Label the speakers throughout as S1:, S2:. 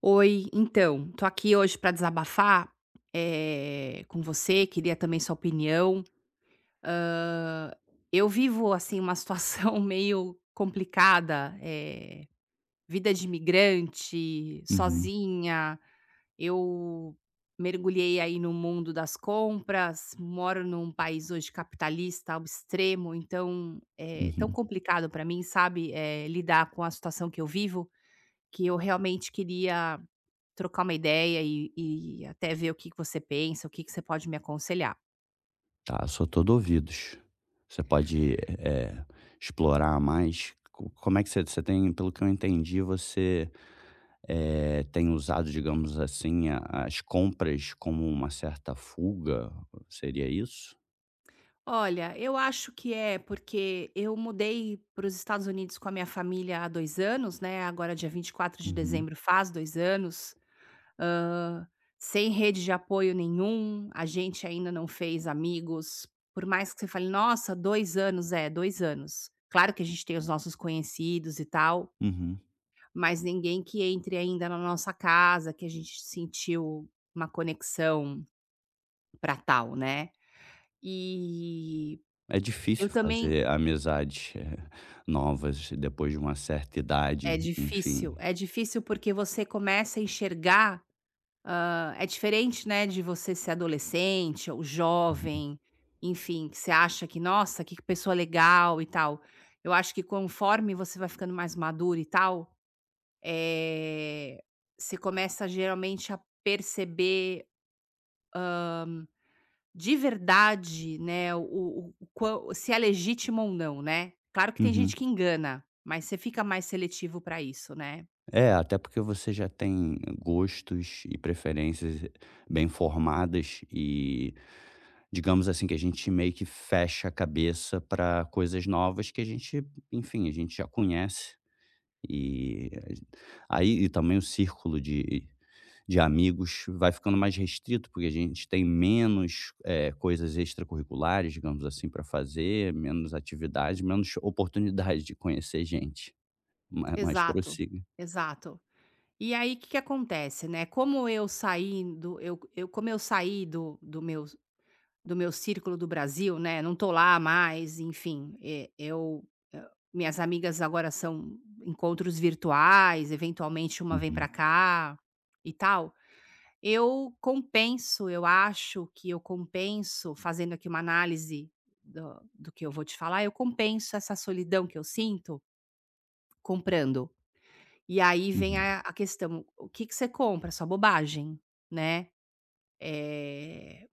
S1: Oi, então, tô aqui hoje pra desabafar, com você, queria também sua opinião. Eu vivo, assim, uma situação meio complicada, vida de imigrante,
S2: Uhum,
S1: sozinha. Eu mergulhei aí no mundo das compras, moro num país hoje capitalista ao extremo, então é tão
S2: uhum.
S1: complicado pra mim, sabe, lidar com a situação que eu vivo. Que eu realmente queria trocar uma ideia e até ver o que que você pensa, o que que você pode me aconselhar.
S2: Tá, sou todo ouvidos. Você pode, explorar mais co como é que você tem pelo que eu entendi, você, tem usado, digamos assim, a as compras como uma certa fuga, seria isso?
S1: Olha, eu acho que é porque eu mudei para os Estados Unidos com a minha família há 2 anos, né, agora dia 24 de
S2: Uhum,
S1: dezembro faz 2 anos, hã, sem rede de apoio nenhum, a gente ainda não fez amigos, por mais que você fale: "Nossa, 2 anos", é, 2 anos. Claro que a gente tem os nossos conhecidos e tal,
S2: uhum.
S1: mas ninguém que entre ainda na nossa casa, que a gente sentiu uma conexão para tal, né. E
S2: É
S1: eu
S2: difícil
S1: também
S2: fazer amizades, novas depois de uma certa idade, enfim.
S1: é difícil porque você começa a enxergar é diferente, né, de você ser adolescente ou
S2: Uhum,
S1: jovem, enfim, que você acha que: "Nossa, que pessoa legal e tal". Eu acho que conforme você vai ficando mais maduro e tal, eh, você começa geralmente a perceber de verdade, né, o quão se é legítimo ou não, né. Claro que tem gente
S2: uhum.
S1: que engana, mas você fica mais seletivo para isso, né.
S2: É, até porque você já tem gostos e preferências bem formadas e digamos assim que a gente meio que fecha a cabeça para coisas novas que a gente, enfim, a gente já conhece e aí e também o círculo de amigos vai ficando mais restrito porque a gente tem menos coisas extracurriculares, digamos assim, para fazer, menos atividades, menos oportunidade de conhecer gente. Mas,
S1: Exato,
S2: prossiga.
S1: exato. E aí o que que acontece, né, como eu saí do meu círculo do Brasil, né, não tô lá mais, enfim, hã, minhas amigas agora são encontros virtuais, eventualmente uma vem pra
S2: Uhum,
S1: cá e tal. Eu compenso, eu acho que eu compenso, fazendo aqui uma análise do que eu vou te falar, eu compenso essa solidão que eu sinto comprando. E aí vem
S2: uhum.
S1: a questão: o que que você compra? Só bobagem, né. Eh,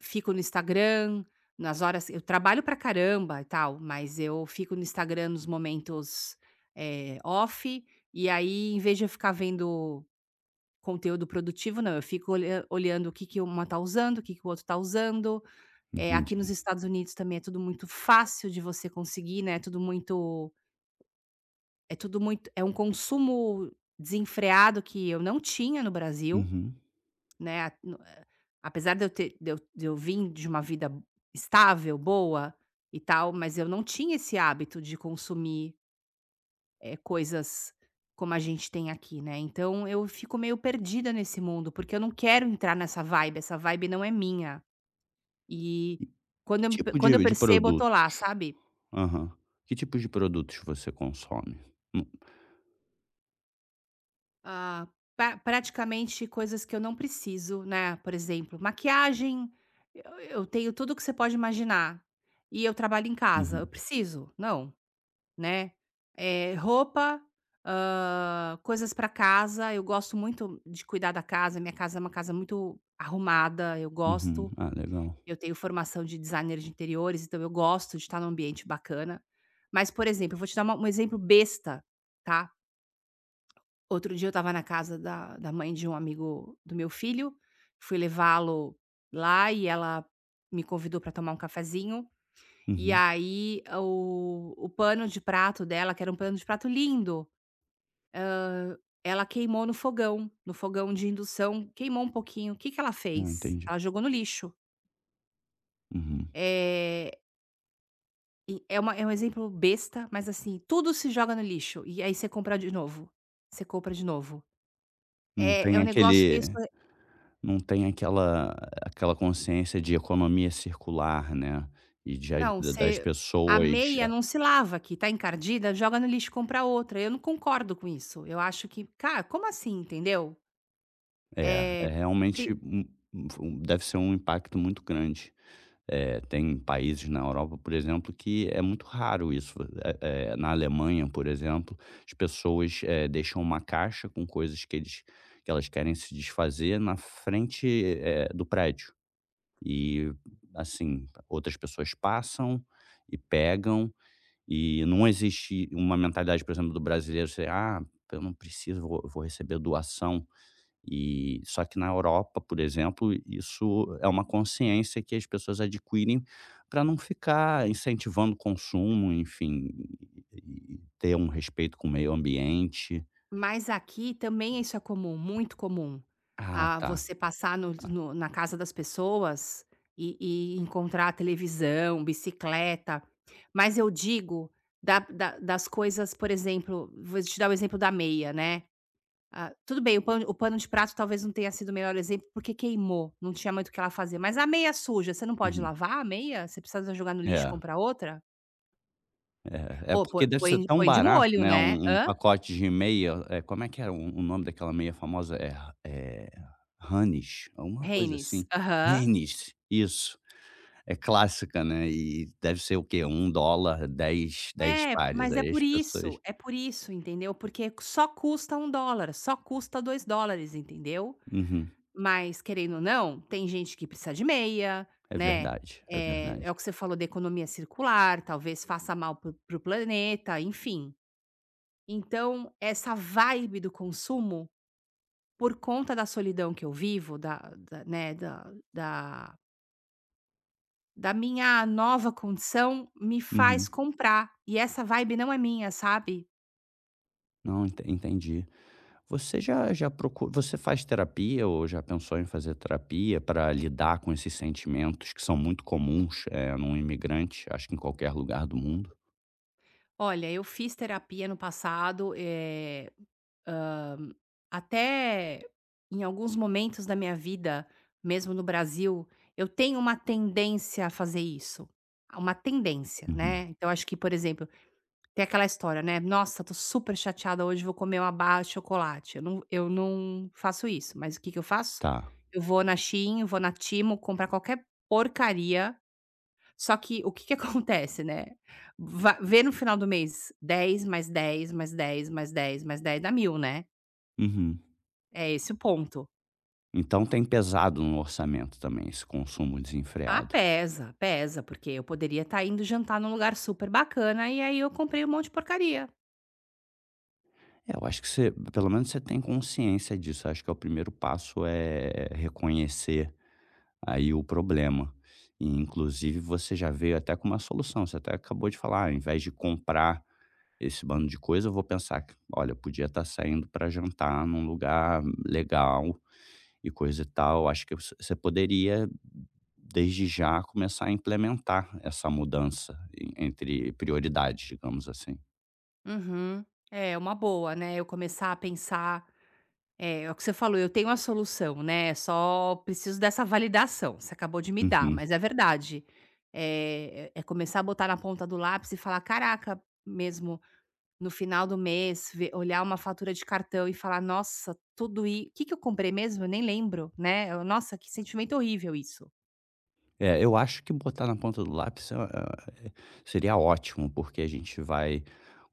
S1: Fico no Instagram, nas horas eu trabalho pra caramba e tal, mas eu fico no Instagram nos momentos, off, e aí em vez de eu ficar vendo conteúdo produtivo não, eu fico olhando o que que uma tá usando, o que que o outro tá usando. É aqui nos
S2: Entendi.
S1: Estados Unidos também é tudo muito fácil de você conseguir, né, É tudo muito é tudo muito é um consumo desenfreado que eu não tinha no Brasil,
S2: Uhum.
S1: né, a no apesar de eu vim de uma vida estável, boa e tal, mas eu não tinha esse hábito de consumir coisas como a gente tem aqui, né. Então eu fico meio perdida nesse mundo, porque eu não quero entrar nessa vibe, essa vibe não é minha. E
S2: Que tipo
S1: quando eu
S2: de
S1: percebo eu estou
S2: produtos?
S1: lá, sabe.
S2: Aham. Que tipos de produtos você consome? Hum,
S1: Ah, praticamente coisas que eu não preciso, né, por exemplo, maquiagem, eu tenho tudo que você pode imaginar, e eu trabalho em casa, eu
S2: uhum,
S1: preciso? Não. Né, roupa, coisas para casa, eu gosto muito de cuidar da casa, minha casa é uma casa muito arrumada, eu
S2: uhum.
S1: gosto,
S2: Ah, legal.
S1: eu tenho formação de designer de interiores, então eu gosto de estar num ambiente bacana. Mas, por exemplo, eu vou te dar uma um exemplo besta, tá. Outro dia eu estava na casa da mãe de um amigo do meu filho, fui levá-lo lá e ela me convidou para tomar um cafezinho, e
S2: Uhum.
S1: aí o pano de prato dela, que era um pano de prato lindo, ela queimou no fogão, no fogão de indução, queimou um pouquinho. O Que que ela
S2: Ah,
S1: fez?
S2: entendi.
S1: Ela jogou no lixo.
S2: Uhum.
S1: é e é uma é um exemplo besta, mas assim, tudo se joga no lixo e aí você compra de novo, você compra de novo.
S2: Não
S1: É
S2: tem
S1: um negócio meio
S2: aquele
S1: surre
S2: não tem aquela aquela consciência de economia circular, né, e de as
S1: não,
S2: das
S1: você a
S2: pessoas
S1: meia não se lava, que tá encardida, joga no lixo, e compra outra. Eu não concordo com isso. Eu acho que, cara, como assim, entendeu?
S2: é, é
S1: Eh, pri
S2: realmente um um deve ser um impacto muito grande. Tem países na Europa, por exemplo, que é muito raro isso. Eh na Alemanha, por exemplo, as pessoas, deixam uma caixa com coisas que eles que elas querem se desfazer na frente, do prédio. E, assim, outras pessoas passam e pegam, e não existe uma mentalidade, por exemplo, do brasileiro ser: "Ah, eu não preciso, vou receber doação". E só que na Europa, por exemplo, isso é uma consciência que as pessoas adquirem para não ficar incentivando o consumo, enfim, e ter um respeito com o meio ambiente.
S1: Mas aqui também isso é comum, muito comum.
S2: Ah,
S1: Ah,
S2: tá,
S1: você passar no
S2: tá.
S1: no na casa das pessoas e e encontrar televisão, bicicleta, mas eu digo da da das coisas, por exemplo, vou te dar o exemplo da meia, né. Ah, tudo bem, o pano de prato talvez não tenha sido o melhor exemplo, porque queimou, não tinha muito o que ela fazer, mas a meia suja, você não pode
S2: Uhum.
S1: lavar a meia? Você precisa jogar no lixo e
S2: É.
S1: comprar outra?
S2: É, é
S1: Pô,
S2: porque
S1: põe
S2: deve ser
S1: põe
S2: tão
S1: põe de
S2: barato,
S1: molho,
S2: né,
S1: né.
S2: um um
S1: Hã?
S2: pacote de meia, é como é que era o nome daquela meia famosa? É Hanes, alguma coisa assim.
S1: Rênis. Aham.
S2: Hanes, isso. É clássica, né, e deve ser o quê? Um dólar 10, 10
S1: É,
S2: pares,
S1: mas
S2: aí as pessoas
S1: é por isso, entendeu? Porque só custa um dólar, só custa $2, entendeu?
S2: uhum.
S1: Mas querendo ou não, tem gente que precisa de meia,
S2: É
S1: né,
S2: verdade, é
S1: é
S2: verdade.
S1: o que você falou da economia circular, talvez faça mal para o planeta, enfim. Então, essa vibe do consumo, por conta da solidão que eu vivo, da da né, da minha nova condição, me faz
S2: Uhum.
S1: comprar, e essa vibe não é minha, sabe?
S2: Não, entendi. Você já já procura? Você faz terapia ou já pensou em fazer terapia para lidar com esses sentimentos que são muito comuns, num imigrante, acho que em qualquer lugar do mundo?
S1: Olha, eu fiz terapia no passado, hã, até em alguns momentos da minha vida, mesmo no Brasil, eu tenho uma tendência a fazer isso. Uma tendência, né.
S2: Uhum.
S1: Então acho que, por exemplo, tem aquela história, né: "Nossa, tô super chateada hoje, vou comer uma barra de chocolate". Eu não faço isso, mas o que que eu faço?
S2: Tá.
S1: Eu vou na Shein, vou na Timo, comprar qualquer porcaria, só que o que que acontece, né, va vê no final do mês, 10 mais 10 mais 10 mais 10 mais 10 dá mil, né,
S2: Uhum.
S1: é esse o ponto.
S2: Então tem pesado no orçamento também esse consumo
S1: Ah,
S2: desenfreado.
S1: pesa, pesa, porque eu poderia estar indo jantar num lugar super bacana e aí eu comprei um monte de porcaria.
S2: É, eu acho que você pelo menos você tem consciência disso. Eu acho que é o primeiro passo é reconhecer aí o problema. E inclusive você já veio até com uma solução, você até acabou de falar, ao invés de comprar esse bando de coisa, eu vou pensar que, olha, podia estar saindo para jantar num lugar legal e coisa e tal. Acho que você poderia, desde já, começar a implementar essa mudança entre prioridades, digamos assim.
S1: Uhum. É uma boa, né, eu começar a pensar, é, é o que você falou, eu tenho a solução, né, é só preciso dessa validação, você acabou de me dar,
S2: Uhum.
S1: mas é verdade. É começar a botar na ponta do lápis e falar: "Caraca, mesmo, no final do mês, ver olhar uma fatura de cartão" e falar: "Nossa, tudo isso. O que que eu comprei mesmo? Eu nem lembro", né. Eu, nossa, que sentimento horrível isso.
S2: É, eu acho que botar na ponta do lápis é é é, seria ótimo, porque a gente vai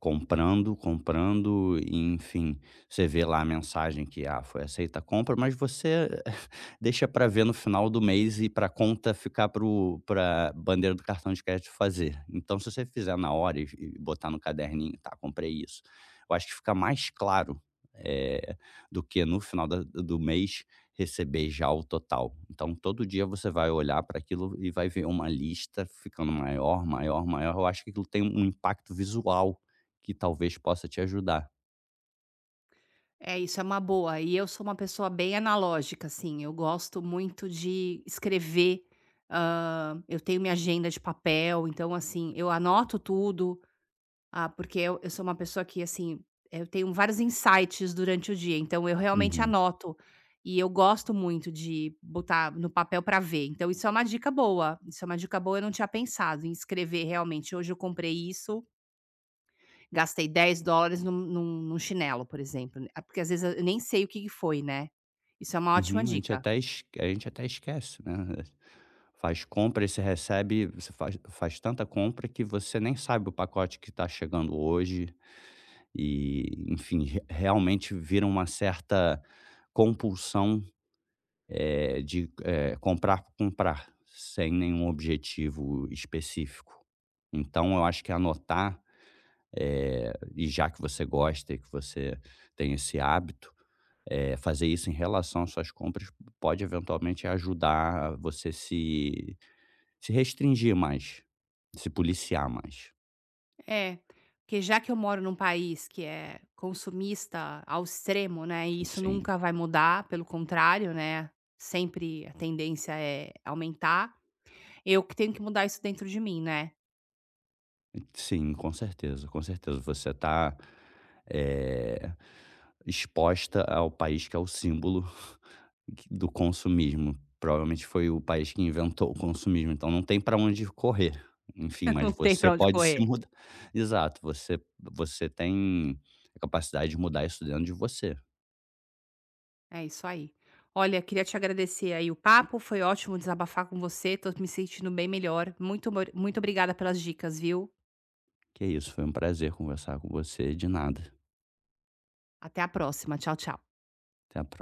S2: comprando, comprando e, enfim, você vê lá a mensagem que, ah, foi aceita a compra, mas você deixa para ver no final do mês e pra conta ficar para o pra bandeira do cartão de crédito fazer. Então, se você fizer na hora e botar no caderninho: "Tá, comprei isso", eu acho que fica mais claro, eh, do que no final da do mês receber já o total. Então, todo dia você vai olhar para aquilo e vai ver uma lista ficando maior, maior, maior. Eu acho que aquilo tem um impacto visual que talvez possa te ajudar.
S1: É, isso é uma boa. E eu sou uma pessoa bem analógica, assim, eu gosto muito de escrever, eu tenho minha agenda de papel, então, assim, eu anoto tudo. Ah, porque eu sou uma pessoa que, assim, eu tenho vários insights durante o dia, então eu realmente
S2: Uhum.
S1: anoto. E eu gosto muito de botar no papel para ver. Então isso é uma dica boa, isso é uma dica boa, eu não tinha pensado em escrever realmente, hoje eu comprei isso, gastei $10 num chinelo, por exemplo, né, porque às vezes eu nem sei o que que foi, né. Isso é uma ótima
S2: Uhum. A gente
S1: dica.
S2: até a gente até esquece, né? Faz compra e você recebe, você faz, faz tanta compra que você nem sabe o pacote que está chegando hoje. E, enfim, realmente vira uma certa compulsão de, comprar por comprar, sem nenhum objetivo específico. Então eu acho que anotar, e já que você gosta e que você tem esse hábito, fazer isso em relação às suas compras pode eventualmente ajudar você se restringir mais, se policiar mais.
S1: É, porque já que eu moro num país que é consumista ao extremo, né, e isso
S2: Sim.
S1: nunca vai mudar, pelo contrário, né, sempre a tendência é aumentar, eu que tenho que mudar isso dentro de mim, né,
S2: Sim, com certeza, com certeza. Você está eh, exposta ao país que é o símbolo do consumismo. Provavelmente foi o país que inventou o consumismo, então não tem para onde correr. Enfim, mas
S1: não tem
S2: você
S1: pra onde
S2: pode se
S1: correr.
S2: mudar. Exato, você, você tem a capacidade de mudar isso dentro de você.
S1: É isso aí. Olha, queria te agradecer aí o papo, foi ótimo desabafar com você, tô me sentindo bem melhor. Muito, muito obrigada pelas dicas, viu?
S2: Que é isso, foi um prazer conversar com você. De nada.
S1: Até a próxima, tchau, tchau.
S2: Até a